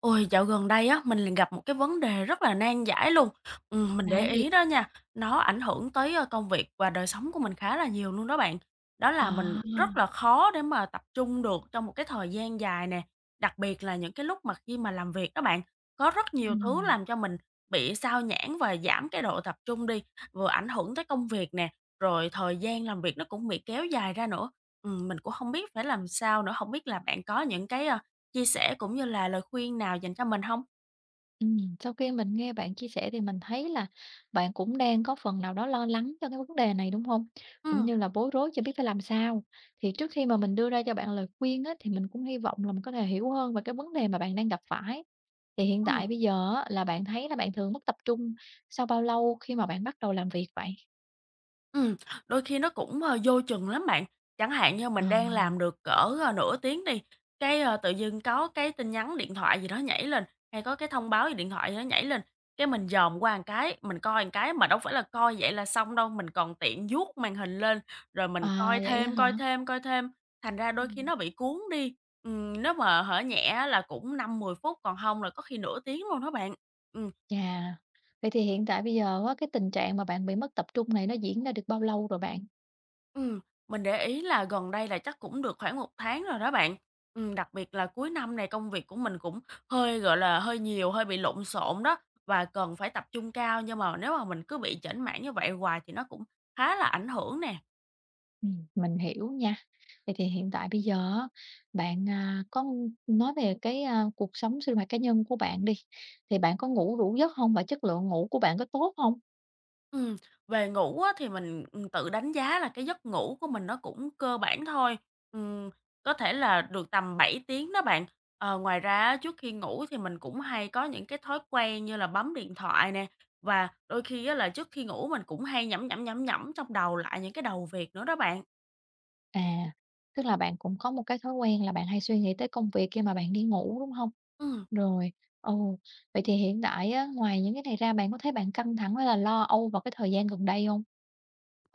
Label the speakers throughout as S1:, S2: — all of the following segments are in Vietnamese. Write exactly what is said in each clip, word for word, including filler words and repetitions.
S1: Ôi, dạo gần đây á, mình liền gặp một cái vấn đề rất là nan giải luôn. Ừm, mình
S2: Là cái
S1: để
S2: gì?
S1: ý đó nha, nó ảnh hưởng tới, ơ, công việc và đời sống của mình khá là nhiều luôn đó bạn. Đó là mình
S2: À,
S1: rất là khó để mà tập trung được trong một cái thời gian dài nè, đặc biệt là những cái lúc mà khi mà làm việc đó bạn. Có rất nhiều thứ
S2: ừm,
S1: làm cho mình bị sao nhãng và giảm cái độ tập trung đi, vừa ảnh hưởng tới công việc nè, rồi thời gian làm việc nó cũng bị kéo dài ra nữa. Ừm, mình cũng không biết phải làm sao nữa, không biết là bạn có những cái, Chia sẻ cũng như là lời khuyên nào dành cho mình hông?
S2: ừm, sau khi mình nghe bạn chia sẻ thì mình thấy là bạn cũng đang có phần nào đó lo lắng cho cái vấn đề này, đúng hông? Cũng
S1: Ừm,
S2: như là bối rối chưa biết phải làm sao. Thì trước khi mà mình đưa ra cho bạn lời khuyên á, thì mình cũng hy vọng là mình có thể hiểu hơn về cái vấn đề mà bạn đang gặp phải. Thì hiện tại
S1: ừm,
S2: bây giờ á, là bạn thấy là bạn thường mất tập trung sau bao lâu khi mà bạn bắt đầu làm việc vậy?
S1: ừm, Đôi khi nó cũng, ờ, vô chừng lắm bạn. Chẳng hạn như mình đang
S2: À,
S1: làm được cỡ, ờ, nửa tiếng đi, cái, ờ, tự dưng có cái tin nhắn điện thoại gì đó nhảy lên, hay có cái thông báo gì điện thoại gì đó nhảy lên, cái mình dòm qua một cái, mình coi một cái mà đâu phải là coi vậy là xong đâu, mình còn tiện vuốt màn hình lên, rồi mình
S2: à,
S1: coi
S2: vậy á
S1: thêm,
S2: hả?
S1: coi thêm, coi thêm, thành ra đôi khi
S2: Ừm.
S1: nó bị cuốn đi. Ừm, nếu mà hở nhẹ á là cũng năm mười phút, còn hông là có khi nửa tiếng luôn đó bạn. Ừm.
S2: Chà, vậy thì hiện tại bây giờ á, cái tình trạng mà bạn bị mất tập trung này nó diễn ra được bao lâu rồi bạn?
S1: Ừm, mình để ý là gần đây là chắc cũng được khoảng một tháng rồi đó bạn. Ừm, đặc biệt là cuối năm này công việc của mình cũng hơi, gọi là, hơi nhiều, hơi bị lộn xộn đó, và cần phải tập trung cao, nhưng mà nếu mà mình cứ bị chểnh mảng như vậy hoài thì nó cũng khá là ảnh hưởng nè.
S2: Ừm, mình hiểu nha. Vậy thì hiện tại bây giờ á, bạn, à, có ng- nói về cái, a, cuộc sống sinh hoạt cá nhân của bạn đi, thì bạn có ngủ đủ giấc không và chất lượng ngủ của bạn có tốt không?
S1: Ừm, Về ngủ á thì mình, ừm, tự đánh giá là cái giấc ngủ của mình nó cũng cơ bản thôi, ừm, có thể là được tầm bảy tiếng đó bạn. Ờ, ngoài ra á, trước khi ngủ thì mình cũng hay có những cái thói quen như là bấm điện thoại nè, và đôi khi á là trước khi ngủ mình cũng hay nhẩm, nhẩm, nhẩm, nhẩm trong đầu lại những cái đầu việc nữa đó bạn.
S2: À, tức là bạn cũng có một cái thói quen là bạn hay suy nghĩ tới công việc khi mà bạn đi ngủ, đúng không?
S1: Ừm.
S2: Rồi, ừ, vậy thì hiện tại á, ngoài những cái này ra bạn có thấy bạn căng thẳng hay là lo âu vào cái thời gian gần đây không?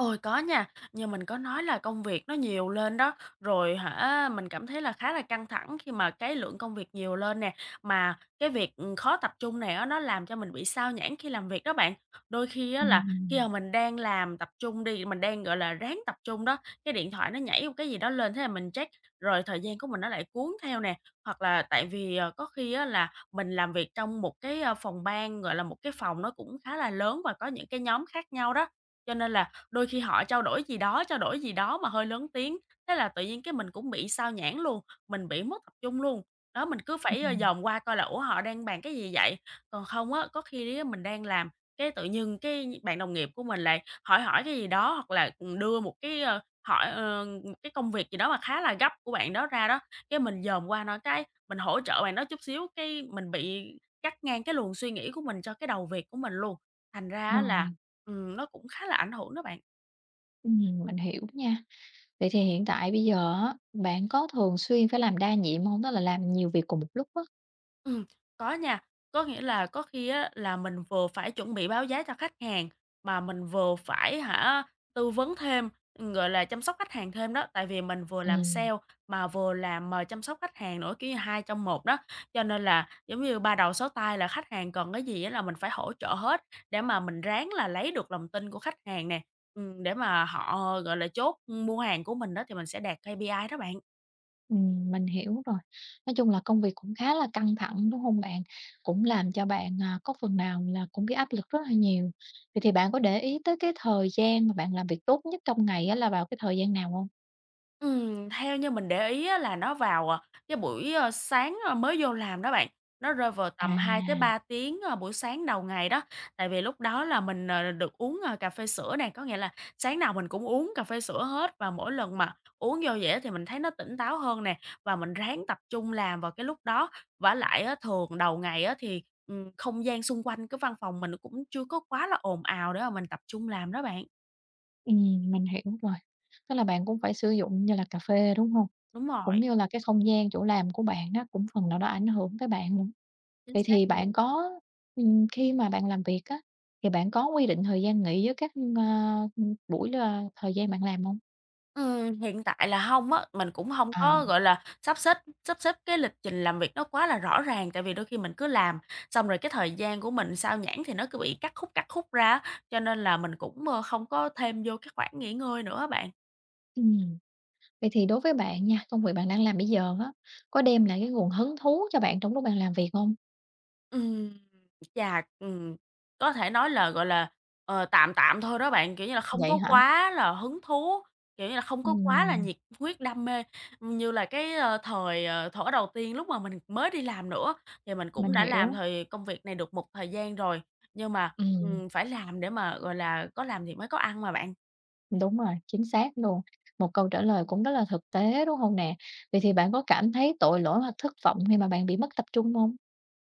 S1: Ôi, có nha, như mình có nói là công việc nó nhiều lên đó, rồi hả, mình cảm thấy là khá là căng thẳng khi mà cái lượng công việc nhiều lên nè, mà cái việc, ừm, khó tập trung này á, nó làm cho mình bị sao nhãng khi làm việc đó bạn. Đôi khi á là khi
S2: Ừm,
S1: mà mình đang làm tập trung đi, mình đang, gọi là, ráng tập trung đó, cái điện thoại nó nhảy một cái gì đó lên, thế là mình check, rồi thời gian của mình nó lại cuốn theo nè. Hoặc là tại vì, ờ, có khi á là mình làm việc trong một cái, a, phòng ban, gọi là, một cái phòng nó cũng khá là lớn và có những cái nhóm khác nhau đó, cho nên là đôi khi họ trao đổi gì đó, trao đổi gì đó mà hơi lớn tiếng, thế là tự nhiên cái mình cũng bị xao nhãng luôn, mình bị mất tập trung luôn. Đó, mình cứ phải, ơ,
S2: ừm,
S1: dòm qua coi là "Ủa, họ đang bàn cái gì vậy?" Còn không á, có khi á mình đang làm, cái tự nhiên cái bạn đồng nghiệp của mình lại hỏi hỏi cái gì đó hoặc là, ừ, đưa một cái, ơ, hỏi ờ, một cái công việc gì đó mà khá là gấp của bạn đó ra đó, cái mình dòm qua nó cái mình hỗ trợ bạn đó chút xíu, cái mình bị cắt ngang cái luồng suy nghĩ của mình cho cái đầu việc của mình luôn. Thành ra á là,
S2: rồi,
S1: ừm, nó cũng khá là ảnh hưởng đó bạn.
S2: ừm, mình hiểu nha. Vậy thì hiện tại bây giờ á, bạn có thường xuyên phải làm đa nhiệm hông? Tức là làm nhiều việc cùng một lúc á.
S1: Ừm, có nha. Có nghĩa là có khi á là mình vừa phải chuẩn bị báo giá cho khách hàng, mà mình vừa phải hả, tư vấn thêm, gọi là, chăm sóc khách hàng thêm đó. Tại vì mình vừa làm
S2: Ừm.
S1: sale mà vừa làm, ờ, chăm sóc khách hàng nữa, kiểu như, hai trong một đó. Cho nên là giống như ba đầu sáu tay là khách hàng cần cái gì á là mình phải hỗ trợ hết, để mà mình ráng là lấy được lòng tin của khách hàng nè, ừm, để mà họ, gọi là, chốt mua hàng của mình đó thì mình sẽ đạt kê pi ai đó bạn.
S2: Ừm, mình hiểu rồi. Nói chung là công việc cũng khá là căng thẳng, đúng hông bạn? Cũng làm cho bạn, à, có phần nào là cũng bị áp lực rất là nhiều. Vậy thì bạn có để ý tới cái thời gian mà bạn làm việc tốt nhất trong ngày á là vào cái thời gian nào hông?
S1: Ừm, theo như mình để ý á là nó vào, à, cái buổi, ơ, sáng, ơ, mới vô làm đó bạn, nó rơi vào tầm hai tới
S2: À.
S1: ba tiếng, ơ, buổi sáng đầu ngày đó. Tại vì lúc đó là mình, ờ, được uống, ơ, cà phê sữa này có nghĩa là sáng nào mình cũng uống cà phê sữa hết và mỗi lần mà uống vô dễ thì mình thấy nó tỉnh táo hơn nè, và mình ráng tập trung làm vào cái lúc đó. Vả lại á, thường đầu ngày á thì, ừm, không gian xung quanh cái văn phòng mình cũng chưa có quá là ồn ào để mà mình tập trung làm đó bạn.
S2: Ừm, mình hiểu rồi. Tức là bạn cũng phải sử dụng như là cà phê, đúng hông?
S1: Đúng
S2: Cũng
S1: rồi,
S2: như là cái không gian chỗ làm của bạn nó cũng phần nào đó ảnh hưởng tới bạn nữa.
S1: chính
S2: Vậy
S1: xác
S2: thì bạn
S1: luôn.
S2: có ừm, khi mà bạn làm việc á, thì bạn có quy định thời gian nghỉ với các, ơ, ừm, buổi là thời gian bạn làm hông?
S1: Ừm, hiện tại là hông á, mình cũng hông
S2: À,
S1: có, gọi là, sắp xếp sắp xếp cái lịch trình làm việc nó quá là rõ ràng, tại vì đôi khi mình cứ làm, xong rồi cái thời gian của mình xao nhãng thì nó cứ bị cắt khúc, cắt khúc ra á, cho nên là mình cũng, ơ, không có thêm vô cái khoảng nghỉ ngơi nữa á bạn.
S2: ừm. Vậy thì đối với bạn nha, công việc bạn đang làm bây giờ á, có đem lại cái nguồn hứng thú cho bạn trong lúc bạn làm việc hông?
S1: Ừm, Chà, ừm, có thể nói là, gọi là, ờ, tạm tạm thôi đó bạn, kiểu như là, không
S2: Vậy
S1: có
S2: hả?
S1: quá là hứng thú, kiểu như là, không có quá là
S2: Ừm,
S1: nhiệt huyết đam mê. Như là cái, ơ, thời, ờ, thuở đầu tiên lúc mà mình mới đi làm nữa, thì mình
S2: mình
S1: cũng đã làm
S2: hiểu.
S1: thời công việc này được một thời gian rồi, nhưng mà,
S2: Ừm.
S1: ừm, phải làm để mà, gọi là, có làm thì mới có ăn mà bạn.
S2: Đúng rồi, chính xác luôn. Một câu trả lời cũng rất là thực tế, đúng không nè? Vậy thì
S1: Ừm.
S2: bạn có cảm thấy tội lỗi hoặc thất vọng khi mà bạn bị mất tập trung không?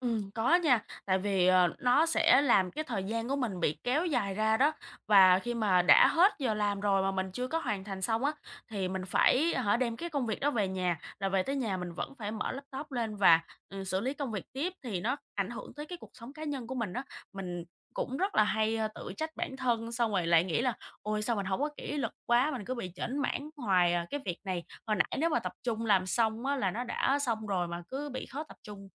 S1: Ừm, có nha, tại vì, ờ, nó sẽ làm cái thời gian của mình bị kéo dài ra đó. Và khi mà đã hết giờ làm rồi mà mình chưa có hoàn thành xong á, thì mình phải hả, đem cái công việc đó về nhà, là về tới nhà mình vẫn phải mở laptop lên và, ừ, xử lý công việc tiếp thì nó ảnh hưởng tới cái cuộc sống cá nhân của mình đó. Mình cũng rất là hay, ơ, tự trách bản thân, xong rồi lại nghĩ là "Ôi, sao mình không có kỷ luật quá, mình cứ bị chểnh mảng hoài à, cái việc này, hồi nãy nếu mà tập trung làm xong á là nó đã xong rồi mà cứ bị khó tập trung."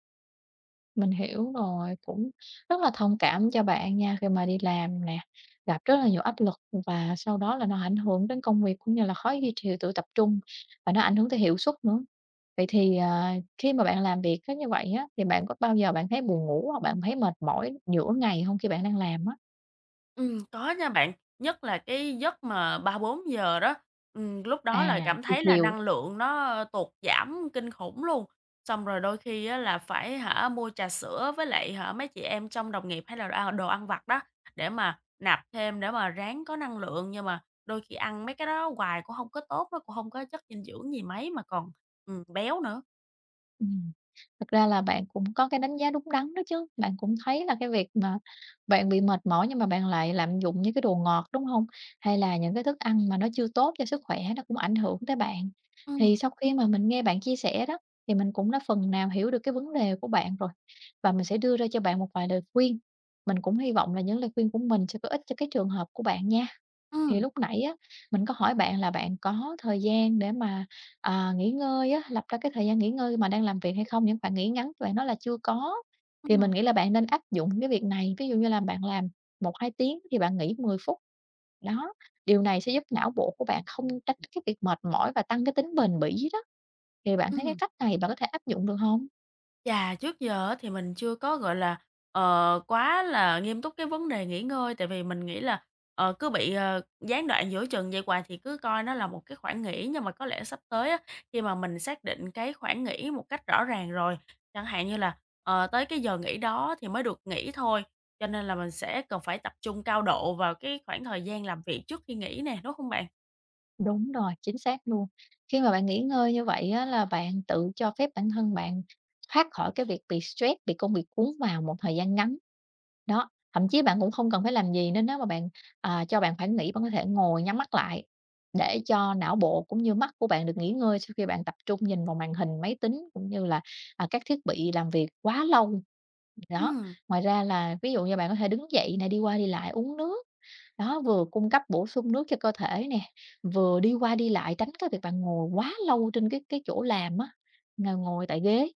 S2: Mình hiểu rồi, cũng rất là thông cảm cho bạn nha, khi mà đi làm nè, gặp rất là nhiều áp lực và sau đó là nó ảnh hưởng đến công việc cũng như là khó duy trì tự tập trung và nó ảnh hưởng tới hiệu suất nữa. Vậy thì, à, khi mà bạn làm việc á như vậy á, thì bạn có bao giờ bạn thấy buồn ngủ hoặc bạn thấy mệt mỏi giữa ngày không khi bạn đang làm á?
S1: Ừm, có nha bạn, nhất là cái giấc mà ba bốn giờ đó, ừm, lúc đó là
S2: À,
S1: cảm
S2: chiều
S1: thấy là
S2: chiều.
S1: năng lượng nó tụt giảm kinh khủng luôn. Xong rồi đôi khi á là phải hả, mua trà sữa với lại hả, mấy chị em trong đồng nghiệp hay là đồ ăn đồ ăn vặt đó, để mà nạp thêm để mà ráng có năng lượng. Nhưng mà đôi khi ăn mấy cái đó hoài cũng không có tốt, nó cũng không có chất dinh dưỡng gì mấy mà còn, ừm, béo nữa.
S2: Ừm, thật ra là bạn cũng có cái đánh giá đúng đắn đó chứ, bạn cũng thấy là cái việc mà bạn bị mệt mỏi nhưng mà bạn lại lạm dụng những cái đồ ngọt, đúng hông? Hay là những cái thức ăn mà nó chưa tốt cho sức khỏe nó cũng ảnh hưởng tới bạn. Thì
S1: Ừm,
S2: sau khi mà mình nghe bạn chia sẻ đó, thì mình cũng đã phần nào hiểu được cái vấn đề của bạn rồi, và mình sẽ đưa ra cho bạn một vài lời khuyên. Mình cũng hy vọng là những lời khuyên của mình sẽ có ích cho cái trường hợp của bạn nha. Thì
S1: ừm,
S2: lúc nãy á, mình có hỏi bạn là bạn có thời gian để mà, à, nghỉ ngơi á, lập ra cái thời gian nghỉ ngơi mà đang làm việc hay không? Những khoảng nghỉ ngắn bạn nói là chưa có, thì mình
S1: ừm,
S2: nghĩ là bạn nên áp dụng cái việc này. Ví dụ như là bạn làm một hai tiếng thì bạn nghỉ mười phút. Đó, điều này sẽ giúp não bộ của bạn không tránh cái việc mệt mỏi và tăng cái tính bền bỉ đó. Thì bạn thấy cái
S1: ừm.
S2: cách này bạn có thể áp dụng được không?
S1: Chà, trước giờ á thì mình chưa có, gọi là, ờ, quá là nghiêm túc cái vấn đề nghỉ ngơi, tại vì mình nghĩ là, ờ, cứ bị, ờ, gián đoạn giữa chừng vậy hoài thì cứ coi nó là một cái khoảng nghỉ. Nhưng mà có lẽ sắp tới á, khi mà mình xác định cái khoảng nghỉ một cách rõ ràng rồi, chẳng hạn như là, ờ, tới cái giờ nghỉ đó thì mới được nghỉ thôi, cho nên là mình sẽ cần phải tập trung cao độ vào cái khoảng thời gian làm việc trước khi nghỉ nè, đúng hông bạn?
S2: Đúng rồi, chính xác luôn. Khi mà bạn nghỉ ngơi như vậy á, là bạn tự cho phép bản thân bạn thoát khỏi cái việc bị stress, bị công việc cuốn vào một thời gian ngắn. Đó, thậm chí bạn cũng không cần phải làm gì nữa nếu mà bạn, à, cho bạn khoảng nghỉ, bạn có thể ngồi nhắm mắt lại để cho não bộ cũng như mắt của bạn được nghỉ ngơi sau khi bạn tập trung nhìn vào màn hình máy tính cũng như là, à, các thiết bị làm việc quá lâu. Đó,
S1: Ừm.
S2: ngoài ra là ví dụ như bạn có thể đứng dậy này đi qua đi lại, uống nước. Đó, vừa cung cấp bổ sung nước cho cơ thể nè, vừa đi qua đi lại tránh cái việc bạn ngồi quá lâu trên cái cái chỗ làm á, ngồi ngồi tại ghế.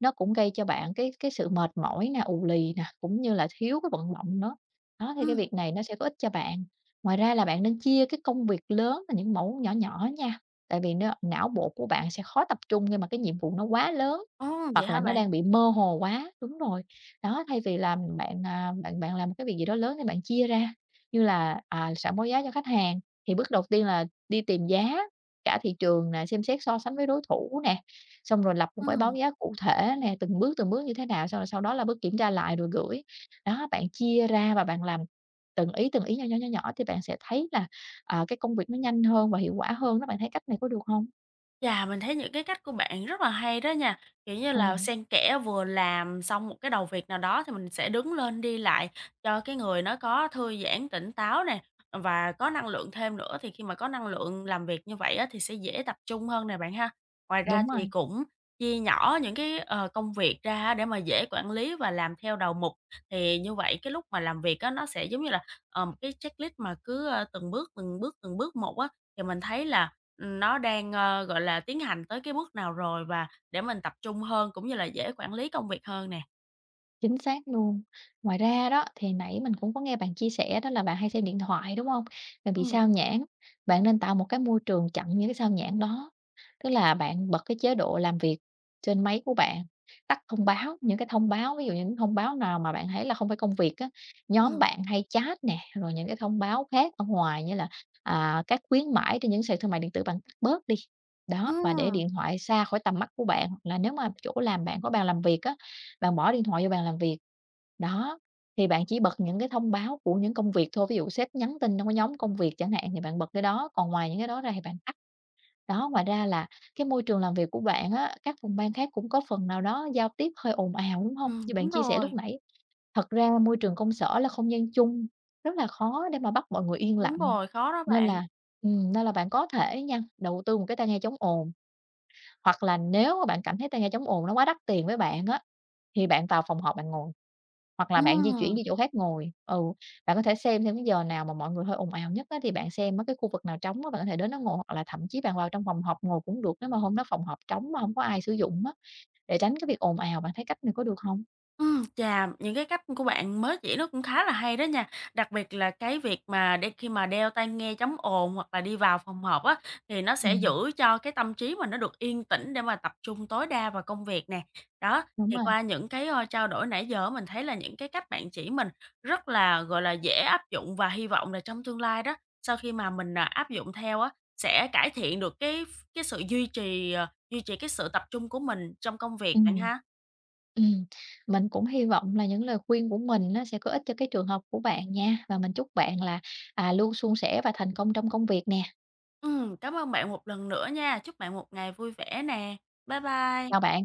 S2: Nó cũng gây cho bạn cái cái sự mệt mỏi nè, ù lì nè, cũng như là thiếu cái vận động nữa. Đó, thì cái
S1: Ừm.
S2: việc này nó sẽ có ích cho bạn. Ngoài ra là bạn nên chia cái công việc lớn thành những mẫu nhỏ nhỏ nha, tại vì nó não bộ của bạn sẽ khó tập trung khi mà cái nhiệm vụ nó quá lớn,
S1: Ồ, vậy
S2: hoặc là
S1: hả
S2: nó
S1: bạn?
S2: đang bị mơ hồ quá. Đúng rồi. Đó, thay vì làm bạn, à, bạn bạn làm một cái việc gì đó lớn thì bạn chia ra như là, à, sẽ báo giá cho khách hàng. Thì bước đầu tiên là đi tìm giá cả thị trường nè, xem xét so sánh với đối thủ nè, xong rồi lập một cái báo
S1: Ừm.
S2: giá cụ thể nè, từng bước, từng bước như thế nào, sau sau đó là bước kiểm tra lại rồi gửi. Đó, bạn chia ra và bạn làm từng ý, từng ý nhỏ nhỏ, nhỏ nhỏ thì bạn sẽ thấy là, à, cái công việc nó nhanh hơn và hiệu quả hơn đó. Bạn thấy cách này có được không?
S1: Chà, mình thấy những cái cách của bạn rất là hay đó nha, kiểu như
S2: Ừ,
S1: là, xen kẽ vừa làm xong một cái đầu việc nào đó thì mình sẽ đứng lên đi lại cho cái người nó có thư giãn, tỉnh táo nè, và có năng lượng thêm nữa, thì khi mà có năng lượng làm việc như vậy á thì sẽ dễ tập trung hơn nè bạn ha. Ngoài ra
S2: đúng
S1: thì
S2: rồi.
S1: cũng chia nhỏ những cái, ờ, công việc ra á để mà dễ quản lý và làm theo đầu mục, thì như vậy cái lúc mà làm việc á nó sẽ giống như là, ờ, một cái checklist mà cứ, ơ, từng bước, từng bước, từng bước một á, thì mình thấy là nó đang, ơ, gọi là, tiến hành tới cái bước nào rồi và để mình tập trung hơn cũng như là dễ quản lý công việc hơn nè.
S2: Chính xác luôn. Ngoài ra đó, thì nãy mình cũng có nghe bạn chia sẻ đó là bạn hay xem điện thoại, đúng không? Bạn bị
S1: Ừm.
S2: sao nhãng, bạn nên tạo một cái môi trường chặn những cái sao nhãng đó. Tức là bạn bật cái chế độ làm việc trên máy của bạn, tắt thông báo, những cái thông báo, ví dụ như những thông báo nào mà bạn thấy là không phải công việc á, nhóm
S1: Ừm,
S2: bạn hay chat nè, rồi những cái thông báo khác ở ngoài như là, à, các khuyến mãi trên những sàn thương mại điện tử, bạn tắt bớt đi. Đó, và để
S1: ừm,
S2: điện thoại xa khỏi tầm mắt của bạn, hoặc là nếu mà chỗ làm bạn có bàn làm việc á, bạn bỏ điện thoại vô bàn làm việc. Đó, thì bạn chỉ bật những cái thông báo của những công việc thôi, ví dụ sếp nhắn tin trong cái nhóm công việc chẳng hạn thì bạn bật cái đó, còn ngoài những cái đó ra thì bạn tắt. Đó, ngoài ra là cái môi trường làm việc của bạn á, các phòng ban khác cũng có phần nào đó giao tiếp hơi ồn ào, đúng hông?
S1: ừm.
S2: Như bạn
S1: Đúng
S2: chia sẻ lúc
S1: rồi,
S2: nãy, thật ra môi trường công sở là không gian chung, rất là khó để mà bắt mọi người yên
S1: đúng
S2: lặng.
S1: rồi, khó đó
S2: Nên
S1: bạn.
S2: là ừm, nên là bạn có thể nha, đầu tư một cái tai nghe chống ồn, hoặc là nếu mà bạn cảm thấy tai nghe chống ồn nó quá đắt tiền với bạn á thì bạn vào phòng họp bạn ngồi, hoặc là bạn di chuyển
S1: Ừm.
S2: đi chỗ khác ngồi. Ừ, bạn có thể xem thêm cái giờ nào mà mọi người hơi ồn ào nhất á, thì bạn xem á cái khu vực nào trống á, bạn có thể đến đó ngồi, hoặc là thậm chí bạn vào trong phòng họp ngồi cũng được nếu mà hôm đó phòng họp trống mà không có ai sử dụng á, để tránh cái việc ồn ào. Bạn thấy cách này có được không?
S1: Ừm, chà, những cái cách của bạn mới chỉ nó cũng khá là hay đó nha. Đặc biệt là cái việc mà đe khi mà đeo tai nghe chống ồn hoặc là đi vào phòng họp á, thì nó sẽ
S2: Ừm,
S1: giữ cho cái tâm trí mình nó được yên tĩnh để mà tập trung tối đa vào công việc nè. Đó,
S2: đúng
S1: thì
S2: rồi.
S1: qua những cái, ơ, trao đổi nãy giờ mình thấy là những cái cách bạn chỉ mình rất là, gọi là, dễ áp dụng và hy vọng là trong tương lai đó, sau khi mà mình, à, áp dụng theo á, sẽ cải thiện được cái cái sự duy trì, ờ, duy trì cái sự tập trung của mình trong công việc bạn
S2: Ừm,
S1: ha.
S2: ừm. Mình cũng hy vọng là những lời khuyên của mình nó sẽ có ích cho cái trường hợp của bạn nha, và mình chúc bạn là, à, luôn suôn sẻ và thành công trong công việc nè.
S1: Ừm, cảm ơn bạn một lần nữa nha. Chúc bạn một ngày vui vẻ nè. Bye bye.
S2: Chào bạn.